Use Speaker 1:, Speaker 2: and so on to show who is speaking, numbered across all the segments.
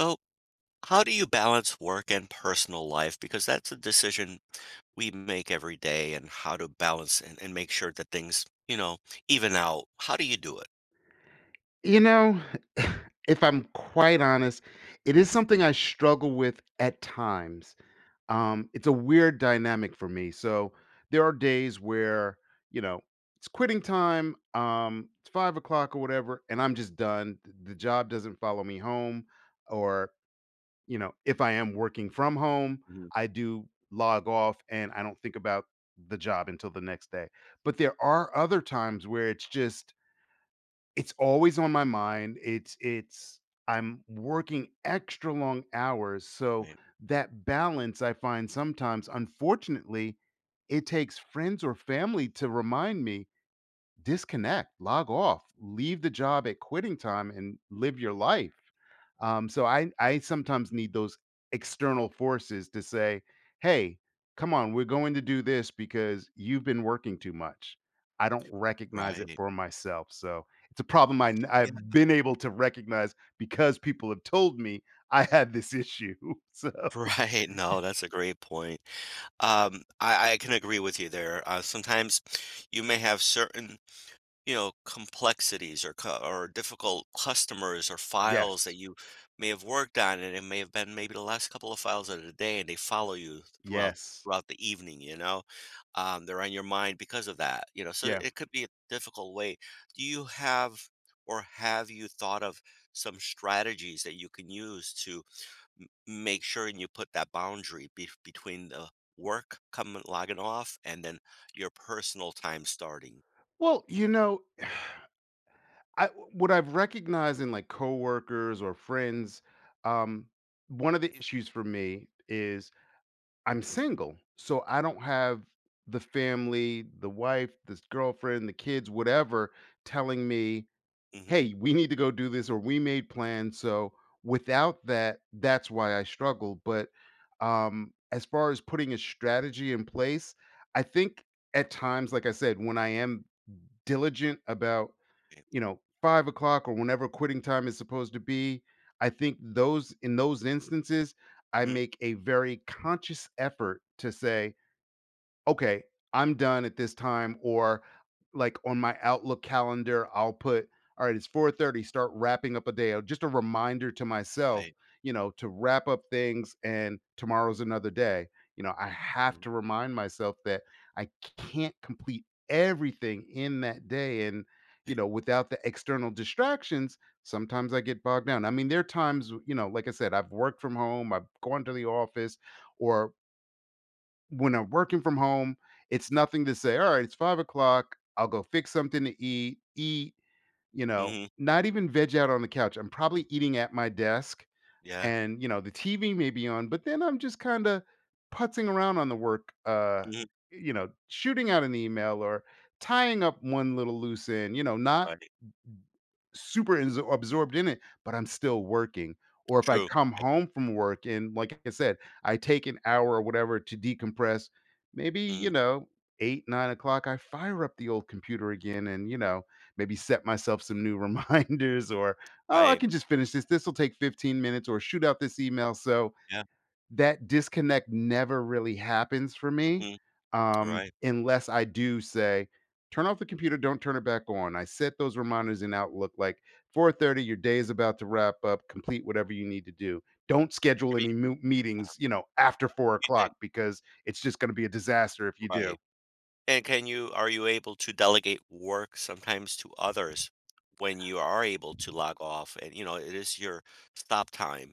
Speaker 1: So, how do you balance work and personal life? Because that's a decision we make every day, and how to balance and make sure that things, you know, even out. How do you do it?
Speaker 2: You know, if I'm quite honest, it is something I struggle with at times. It's a weird dynamic for me. So there are days where, you know, it's quitting time, it's 5 o'clock or whatever, and I'm just done. The job doesn't follow me home, or if I am working from home,
Speaker 1: Mhm.
Speaker 2: I do log off and I don't think about the job until the next day. But there are other times where it's just, it's always on my mind. It's I'm working extra long hours, so
Speaker 1: Right.
Speaker 2: that balance I find sometimes, unfortunately, it takes friends or family to remind me, disconnect, log off, leave the job at quitting time and live your life. So I sometimes need those external forces to say, "Hey, come on, we're going to do this because you've been working too much." I don't recognize it
Speaker 1: Right.
Speaker 2: for myself, so it's a problem
Speaker 1: Yeah.
Speaker 2: I've been able to recognize because people have told me I had this issue. So
Speaker 1: Right. No, that's a great point. I can agree with you there. Sometimes you may have certain you know, complexities or co or difficult customers or files that
Speaker 2: yes,
Speaker 1: you may have worked on, and it may have been maybe the last couple of files of the day, and they follow you throughout
Speaker 2: yes,
Speaker 1: throughout the evening, you know? They're on your mind because of that, you know? So
Speaker 2: yeah.
Speaker 1: it could be a difficult way. Do you have or have you thought of some strategies that you can use to m make sure and you put that boundary be between the work coming logging off and then your personal time starting?
Speaker 2: Well, I what I've recognized in like coworkers or friends, um, one of the issues for me is I'm single, so I don't have the family, the wife, this girlfriend, the kids, whatever, telling me,
Speaker 1: Mhm.
Speaker 2: "Hey, we need to go do this," or "We made plans." So without that, that's why I struggle. But as far as putting a strategy in place, I think at times, like I said, when I am diligent about,
Speaker 1: Yeah.
Speaker 2: 5 o'clock or whenever quitting time is supposed to be. I think those in those instances, I
Speaker 1: Mhm.
Speaker 2: make a very conscious effort to say, okay, I'm done at this time, or like on my Outlook calendar, I'll put, all right, it's 4:30, start wrapping up a day, or just a reminder to myself,
Speaker 1: Right.
Speaker 2: to wrap up things and tomorrow's another day. I have
Speaker 1: Mm,
Speaker 2: to remind myself that I can't complete everything in that day and,
Speaker 1: right.
Speaker 2: without the external distractions, sometimes I get bogged down. I mean, there are times, like I said, I've worked from home, I've gone to the office or when I'm working from home, it's nothing to say, all right, it's 5 o'clock. I'll go fix something to eat,
Speaker 1: Mhm.
Speaker 2: not even veg out on the couch. I'm probably eating at my desk
Speaker 1: Yeah.
Speaker 2: and, the TV may be on, but then I'm just kind of putzing around on the work,
Speaker 1: Mhm.
Speaker 2: shooting out an email or tying up one little loose end, not
Speaker 1: Right.
Speaker 2: super ins absorbed in it, but I'm still working. Or if I
Speaker 1: True.
Speaker 2: come
Speaker 1: Yeah.
Speaker 2: home from work and, like I said, I take an hour or whatever to decompress, maybe,
Speaker 1: Mm,
Speaker 2: 8, 9 o'clock, I fire up the old computer again and, maybe set myself some new reminders or, "Oh, I
Speaker 1: right.
Speaker 2: can just finish this. This'll take 15 minutes," or shoot out this email. So
Speaker 1: Yeah.
Speaker 2: that disconnect never really happens for me,
Speaker 1: Mhm. Right.
Speaker 2: unless I do say, turn off the computer, don't turn it back on. I set those reminders in Outlook like 4:30, your day is about to wrap up, complete whatever you need to do. Don't schedule
Speaker 1: Are you
Speaker 2: any
Speaker 1: yeah,
Speaker 2: meetings, after four
Speaker 1: you
Speaker 2: o'clock
Speaker 1: think
Speaker 2: because it's just going to be a disaster if you
Speaker 1: right.
Speaker 2: do.
Speaker 1: And can you are you able to delegate work sometimes to others when you are able to log off and, you know, it is your stop time?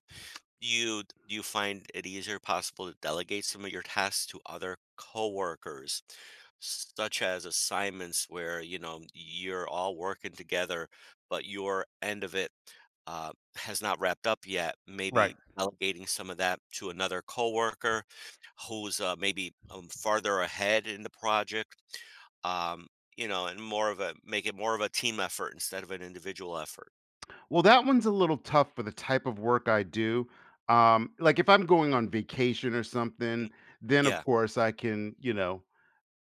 Speaker 1: Do you find it easier possible to delegate some of your tasks to other coworkers, such as assignments where, you know, you're all working together, but your end of it has not wrapped up yet,
Speaker 2: Right.
Speaker 1: maybe delegating some of that to another coworker who's maybe farther ahead in the project, um, you know, and more of a make it more of a team effort instead of an individual effort.
Speaker 2: Well, that one's a little tough for the type of work I do. Like if I'm going on vacation or
Speaker 1: Mhm.
Speaker 2: something, then of
Speaker 1: Yeah,
Speaker 2: course I can,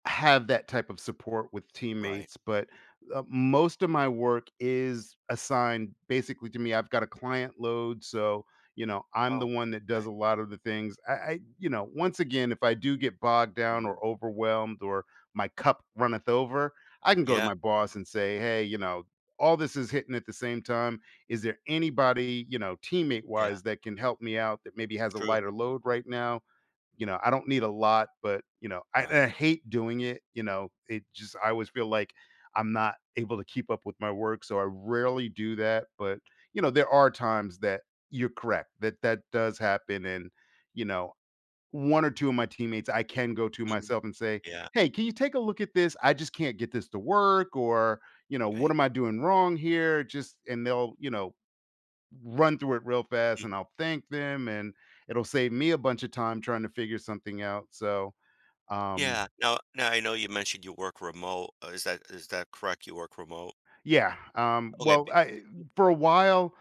Speaker 2: have that type of support with
Speaker 1: right.
Speaker 2: teammates, but, most of my work is assigned basically to me. I've got a client load, so, I'm the
Speaker 1: Oh,
Speaker 2: one that does
Speaker 1: okay.
Speaker 2: a lot of the things. Once again, if I do get bogged down
Speaker 1: Mhm.
Speaker 2: or overwhelmed or my cup runneth over, I can go to
Speaker 1: Yeah.
Speaker 2: my boss and say, "Hey, all this is hitting at the same time. Is there anybody,
Speaker 1: Yeah,
Speaker 2: teammate-wise that can help me out that maybe has a
Speaker 1: true.
Speaker 2: lighter load right now?" I don't need a lot, but, I and
Speaker 1: Right.
Speaker 2: I hate doing it, it just I always feel like I'm not able to keep up with my work, so I rarely do that, but, there are times that you're correct, that that does happen, and, you know, 1 or 2 of my teammates, I can go to
Speaker 1: Mhm.
Speaker 2: myself and say,
Speaker 1: Yeah,
Speaker 2: "Hey, can you take a look at this? I just can't get this to work," or, "What
Speaker 1: right.
Speaker 2: am I doing wrong here?" Just and they'll, run through it real fast
Speaker 1: Mm.
Speaker 2: and I'll thank them and it'll save me a bunch of time trying to figure something out. So, um,
Speaker 1: Yeah. Now now I know you mentioned you work remote. Is that correct? You work remote?
Speaker 2: yeah,
Speaker 1: Okay.
Speaker 2: well, for a while,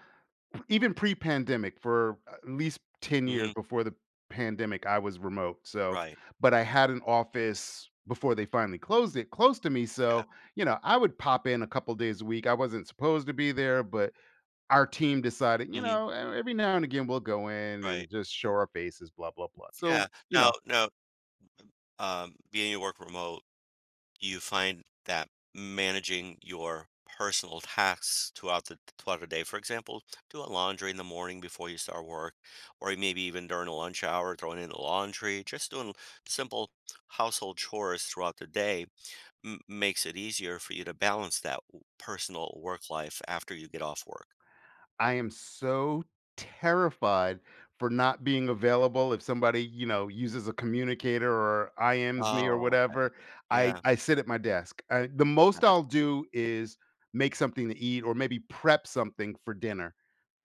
Speaker 2: even pre pandemic, for at least 10 years
Speaker 1: Mhm.
Speaker 2: before the pandemic, I was remote. So,
Speaker 1: Right.
Speaker 2: but I had an office before they finally closed it close to me.
Speaker 1: Yeah.
Speaker 2: So, I would pop in a couple days a week. I wasn't supposed to be there, but our team decided,
Speaker 1: Mhm.
Speaker 2: "Eh, every now and again we'll go in
Speaker 1: Right.
Speaker 2: and just show our faces, blah, blah, blah." So,
Speaker 1: Yeah. Now now um being you work remote, you find that managing your personal tasks throughout the day, for example, doing laundry in the morning before you start work, or maybe even during the lunch hour, throwing in the laundry, just doing simple household chores throughout the day makes it easier for you to balance that personal work life after you get off work.
Speaker 2: I am so terrified for not being available if somebody, uses a communicator or IMs me or
Speaker 1: Oh, okay.
Speaker 2: whatever. I
Speaker 1: Yeah.
Speaker 2: I sit at my desk. The most
Speaker 1: Gotcha.
Speaker 2: I'll do is make something to eat or maybe prep something for dinner.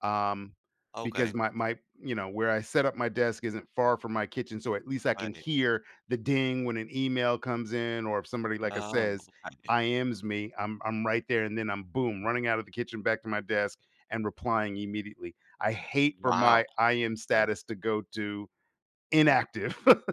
Speaker 2: Um because
Speaker 1: Okay.
Speaker 2: my where I set up my desk isn't far from my kitchen, so at least I can
Speaker 1: Right.
Speaker 2: hear the ding when an email comes in, or if somebody, like I
Speaker 1: Oh,
Speaker 2: says,
Speaker 1: okay.
Speaker 2: IMs me, I'm right there, and then I'm boom running out of the kitchen back to my desk and replying immediately. I hate for
Speaker 1: Wow.
Speaker 2: my I am
Speaker 1: Okay.
Speaker 2: status to go to inactive.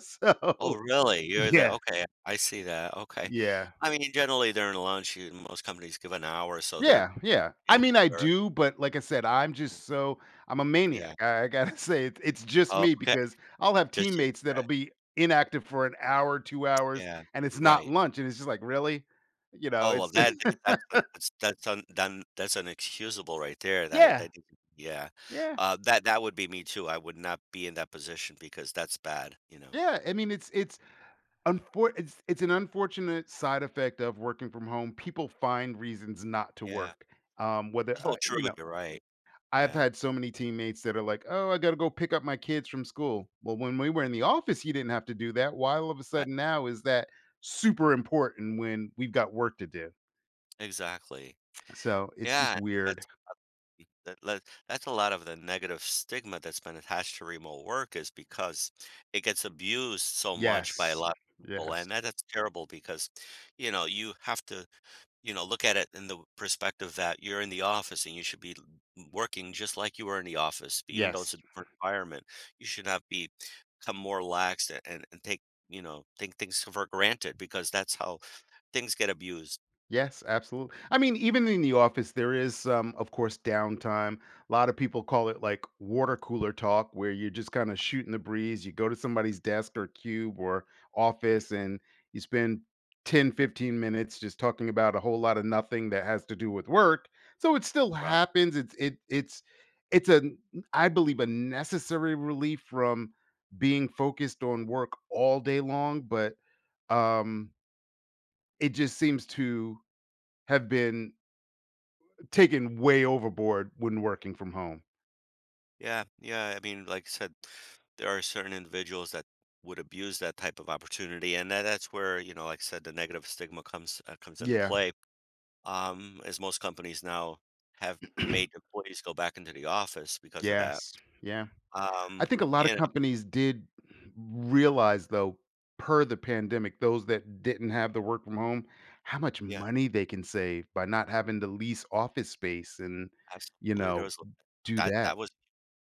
Speaker 1: Oh,
Speaker 2: So,
Speaker 1: really? You're the
Speaker 2: yeah,
Speaker 1: Okay. I see that. Okay.
Speaker 2: yeah,
Speaker 1: I mean, generally during lunch, you, most companies give an hour, so they're
Speaker 2: yeah, yeah. I mean,
Speaker 1: understandable.
Speaker 2: I
Speaker 1: Where,
Speaker 2: do, but like I said, I'm just so, I'm a
Speaker 1: yeah.
Speaker 2: maniac. I gotta say, it's just me
Speaker 1: Okay.
Speaker 2: because I'll have
Speaker 1: Just you.
Speaker 2: teammates that'll
Speaker 1: Okay.
Speaker 2: be inactive for an hour, 2 hours,
Speaker 1: Yeah.
Speaker 2: and it's not
Speaker 1: Right.
Speaker 2: lunch, and it's just like, really,
Speaker 1: Oh, well,
Speaker 2: it's
Speaker 1: that that's un done that's unexcusable right there,
Speaker 2: yeah,
Speaker 1: yeah.
Speaker 2: yeah,
Speaker 1: That that would be me too, I would not be in that position because that's bad, you know?
Speaker 2: yeah. I mean, it's an unfortunate side effect of working from home. People find reasons not to
Speaker 1: Yeah.
Speaker 2: work. Um, whether uh,
Speaker 1: Oh, true,
Speaker 2: you know,
Speaker 1: you're right.
Speaker 2: I've
Speaker 1: Yeah.
Speaker 2: had so many teammates that are like, "Oh, I got to go pick up my kids from school." Well, when we were in the office, you didn't have to do that. Why all of a
Speaker 1: That
Speaker 2: sudden now is that super important when we've got work to do?
Speaker 1: exactly.
Speaker 2: So it's just
Speaker 1: Yeah,
Speaker 2: weird.
Speaker 1: that's that that that's a lot of the negative stigma that's been attached to remote work is because it gets abused so much by a
Speaker 2: Yes,
Speaker 1: lot of people,
Speaker 2: yes,
Speaker 1: and that that's terrible because, you know, you have to you know, look at it in the perspective that you're in the office and you should be working just like you were in the office, even though it's
Speaker 2: yes.
Speaker 1: a different environment. You should not be become more relaxed and take, you know, take things for granted because that's how things get abused.
Speaker 2: Yes, absolutely. I mean, even in the office, there is, of course, downtime. A lot of people call it like water cooler talk, where you're just kind of shooting the breeze. You go to somebody's desk or cube or
Speaker 1: Y-
Speaker 2: office and you spend 10, 15 minutes just talking about a whole lot of nothing that has to do with work. So it still
Speaker 1: Right.
Speaker 2: happens. It's a, I believe, a necessary relief from being focused on work all day long. But, um, it just seems to have been taken way overboard when working from home.
Speaker 1: Yeah. Yeah. I mean, like I said, there are certain individuals that would abuse that type of opportunity. And that, that's where, you know, like I said, the negative stigma comes comes into
Speaker 2: Yeah.
Speaker 1: play As most companies now have made employees go back into the office because of that.
Speaker 2: Yes. Yeah. I think a lot of
Speaker 1: You know,
Speaker 2: companies did realize, though, per the pandemic, those that didn't have the work from home, how much
Speaker 1: yeah,
Speaker 2: money they can save by not having to lease office space and, you
Speaker 1: absolutely. There
Speaker 2: know,
Speaker 1: was
Speaker 2: do
Speaker 1: that that
Speaker 2: that.
Speaker 1: was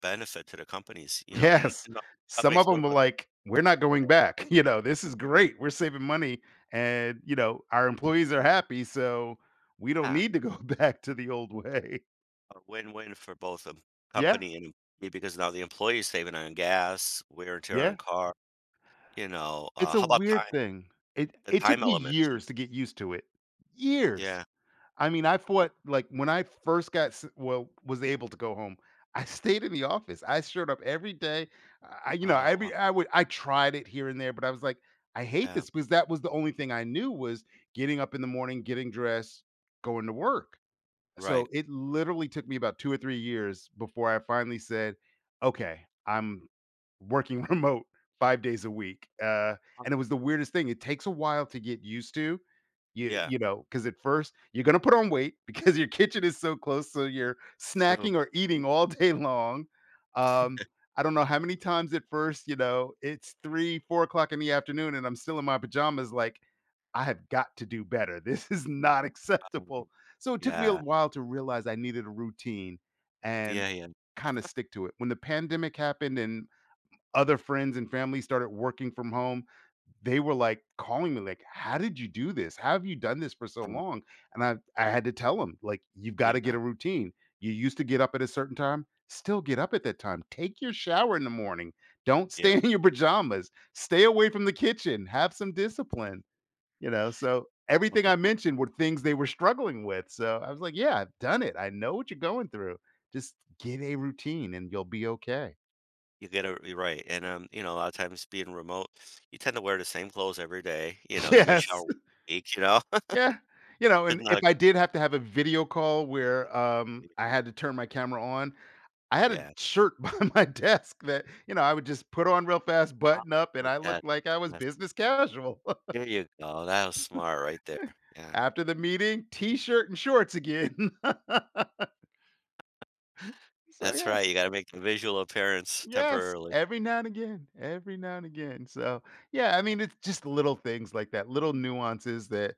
Speaker 1: benefit to the companies, you know,
Speaker 2: Yes.
Speaker 1: and the
Speaker 2: Some
Speaker 1: companies.
Speaker 2: of
Speaker 1: What
Speaker 2: them were
Speaker 1: about
Speaker 2: like, "We're not going back." "This is great. We're saving money, and, our employees are happy, so we don't
Speaker 1: yeah,
Speaker 2: need to go back to the old way."
Speaker 1: a win-win for both the
Speaker 2: Yeah.
Speaker 1: company and employee because now the employee is saving on gas, wear and tear on
Speaker 2: Yeah,
Speaker 1: car. You know,
Speaker 2: it's a
Speaker 1: how about
Speaker 2: weird
Speaker 1: time?
Speaker 2: thing. It
Speaker 1: The
Speaker 2: it took
Speaker 1: time
Speaker 2: me
Speaker 1: element.
Speaker 2: years to get used to it. Years.
Speaker 1: Yeah.
Speaker 2: I mean, I fought like when I first got s well, was able to go home, I stayed in the office. I showed up every day. I you know,
Speaker 1: Oh, wow,
Speaker 2: every I would I tried it here and there, but I was like, "I hate
Speaker 1: yeah.
Speaker 2: this," because that was the only thing I knew was getting up in the morning, getting dressed, going to work.
Speaker 1: Right.
Speaker 2: So it literally took me about 2 or 3 years before I finally said, "Okay, I'm working remote 5 days a week."
Speaker 1: Um,
Speaker 2: And it was the weirdest thing. It takes a while to get used to.
Speaker 1: Yeah.
Speaker 2: Because at first you're gonna put on weight because your kitchen is so close, so you're
Speaker 1: True.
Speaker 2: snacking or eating all day long. Um, I don't know how many times at first, it's 3, 4 o'clock in the afternoon and I'm still in my pajamas like, "I have got to do better. This is not
Speaker 1: Um,
Speaker 2: acceptable." So it took me a
Speaker 1: Yeah.
Speaker 2: while to realize I needed a routine and
Speaker 1: Yeah. Yeah.
Speaker 2: kind of stick to it. When the pandemic happened and other friends and family started working from home, they were like calling me like, "How did you do this? How have you done this for so
Speaker 1: um,
Speaker 2: long?" And I had to tell them like, "You've got to get
Speaker 1: Yeah.
Speaker 2: a routine. You used to get up at a certain time, still get up at that time. Take your shower in the morning. Don't stay in your pajamas. Stay away from the kitchen. Have some discipline." You know, so everything I
Speaker 1: Mhm.
Speaker 2: mentioned were things they were struggling with, so I was like, "Yeah, I've done it. I know what you're going through. Just get a routine and you'll be okay."
Speaker 1: You get it you're right, and, you know, a lot of times being remote, you tend to wear the same clothes every day, you know, you may shower
Speaker 2: Yes.
Speaker 1: once a week, you know?
Speaker 2: Yeah. You know,
Speaker 1: It's
Speaker 2: and
Speaker 1: not
Speaker 2: if
Speaker 1: a
Speaker 2: I did have to have a video call where,
Speaker 1: good idea.
Speaker 2: I had to turn my camera on, I had a
Speaker 1: Yeah.
Speaker 2: shirt by my desk that, you know, I would just put on real fast, button up, and
Speaker 1: Oh,
Speaker 2: I
Speaker 1: yes,
Speaker 2: looked like I was
Speaker 1: yes.
Speaker 2: business casual.
Speaker 1: There you go, that was smart right there. Yeah.
Speaker 2: After the meeting, T-shirt and shorts again. So,
Speaker 1: That's
Speaker 2: yeah.
Speaker 1: right, you gotta make the visual appearance
Speaker 2: Yes,
Speaker 1: temporarily.
Speaker 2: every now and again, every now and again. So,
Speaker 1: Yeah.
Speaker 2: yeah, I mean, it's just little things like that, little nuances that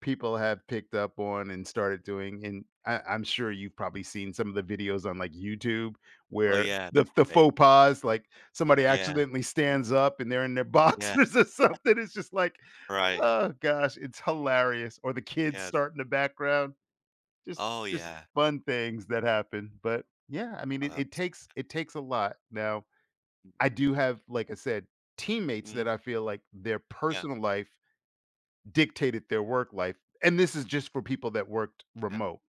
Speaker 2: people have picked up on and started doing. And I, I'm sure you've probably seen some of the videos on like YouTube
Speaker 1: Oh,
Speaker 2: where
Speaker 1: yeah,
Speaker 2: the
Speaker 1: that's
Speaker 2: the
Speaker 1: great.
Speaker 2: faux pas, like somebody
Speaker 1: Yeah,
Speaker 2: accidentally stands up and they're in their
Speaker 1: yeah,
Speaker 2: boxers or something. It's just like,
Speaker 1: right,
Speaker 2: oh gosh, it's hilarious. Or the kids
Speaker 1: yeah, but
Speaker 2: start in the background. Just
Speaker 1: oh,
Speaker 2: just
Speaker 1: yeah.
Speaker 2: fun things that happen. But yeah, I mean,
Speaker 1: Oh,
Speaker 2: it, it
Speaker 1: that's
Speaker 2: takes it takes a lot now. I do have, like I said, teammates that
Speaker 1: mhm,
Speaker 2: I feel like their
Speaker 1: yeah,
Speaker 2: personal life dictated their work life, and this is just for people that worked
Speaker 1: yeah.
Speaker 2: remote.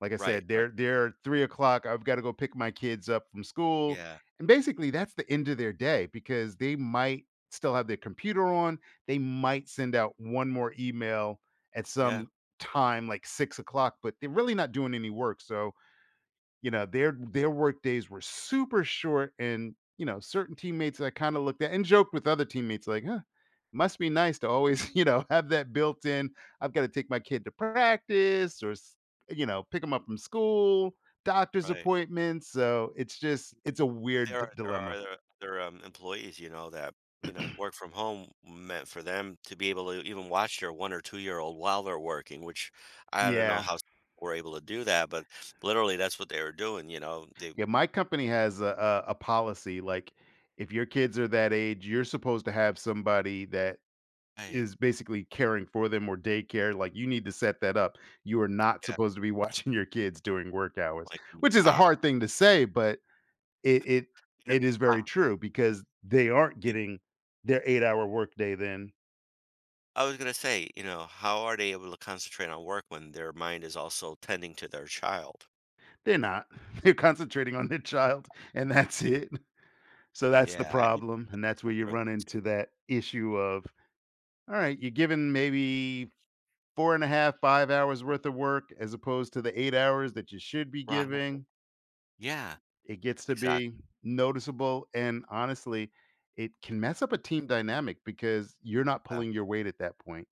Speaker 2: Like I
Speaker 1: Right,
Speaker 2: said,
Speaker 1: right.
Speaker 2: they're 3 o'clock. I've gotta go pick my kids up from school,
Speaker 1: Yeah,
Speaker 2: and basically that's the end of their day because they might still have their computer on, they might send out 1 more email at
Speaker 1: yeah,
Speaker 2: some time like 6 o'clock, but they're really not doing any work. So you know, their work days were super short and, you know, certain teammates I kinda looked at and joked with other teammates like, "Huh, must be nice to always, you know, have that built in. I've got to take my kid to practice or, you know, pick them up from school, doctor's
Speaker 1: right.
Speaker 2: appointments." So, it's just it's a weird
Speaker 1: There are there are
Speaker 2: dilemma.
Speaker 1: other other, employees, you know, that, you know, work from home meant for them to be able to even watch their one or two-year-old while they're working, which I don't know
Speaker 2: Yeah.
Speaker 1: how s we're able to do that, but literally, that's what they were doing, you know, they
Speaker 2: Yeah, my company has a policy like if your kids are that age, you're supposed to have somebody that
Speaker 1: I
Speaker 2: is basically caring for them or daycare, like, you need to set that up. You are not
Speaker 1: yeah,
Speaker 2: supposed to be watching your kids during work hours,
Speaker 1: like, mm,
Speaker 2: which is a
Speaker 1: how-
Speaker 2: hard thing to say, but it
Speaker 1: you
Speaker 2: it is
Speaker 1: know,
Speaker 2: very true because they aren't
Speaker 1: y
Speaker 2: getting their 8-hour workday then.
Speaker 1: I was gonna say, you know, how are they able to concentrate on work when their mind is also tending to their child?
Speaker 2: They're not. They're concentrating on their child, and that's
Speaker 1: Like
Speaker 2: it. So that's the
Speaker 1: yeah. I didn't think
Speaker 2: problem, and that's where
Speaker 1: of
Speaker 2: you
Speaker 1: that.
Speaker 2: run into that issue of, all right, you're given maybe 4 and a half, 5 hours worth of work as opposed to the 8 hours that you should be
Speaker 1: Right.
Speaker 2: giving.
Speaker 1: Yeah,
Speaker 2: It gets to
Speaker 1: exactly,
Speaker 2: be noticeable, and honestly, it can mess up a team dynamic because you're not
Speaker 1: uh,
Speaker 2: pulling your weight at that point,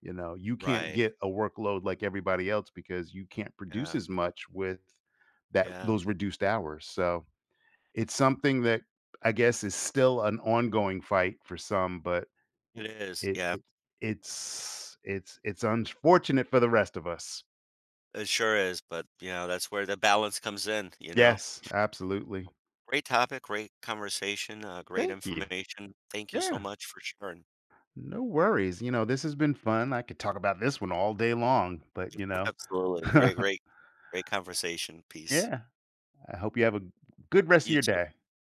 Speaker 2: you know? You can't
Speaker 1: right,
Speaker 2: get a workload like everybody else because you can't produce
Speaker 1: yeah,
Speaker 2: as much with that
Speaker 1: yeah,
Speaker 2: those reduced hours, so, it's something that I guess is still an ongoing fight for some, but
Speaker 1: it is,
Speaker 2: it
Speaker 1: yeah.
Speaker 2: it it's it's unfortunate for the rest of us.
Speaker 1: It sure is, but, you know, that's where the balance comes in, you know?
Speaker 2: Yes, absolutely.
Speaker 1: Great topic, great conversation, great
Speaker 2: Thank you.
Speaker 1: information. Thank you so
Speaker 2: Yeah.
Speaker 1: much for sharing.
Speaker 2: No worries. You know, this has been fun. I could talk about this one all day long, but you know,
Speaker 1: Absolutely. Great conversation. Peace.
Speaker 2: yeah, I hope you have a good rest of
Speaker 1: You
Speaker 2: your
Speaker 1: too.
Speaker 2: day.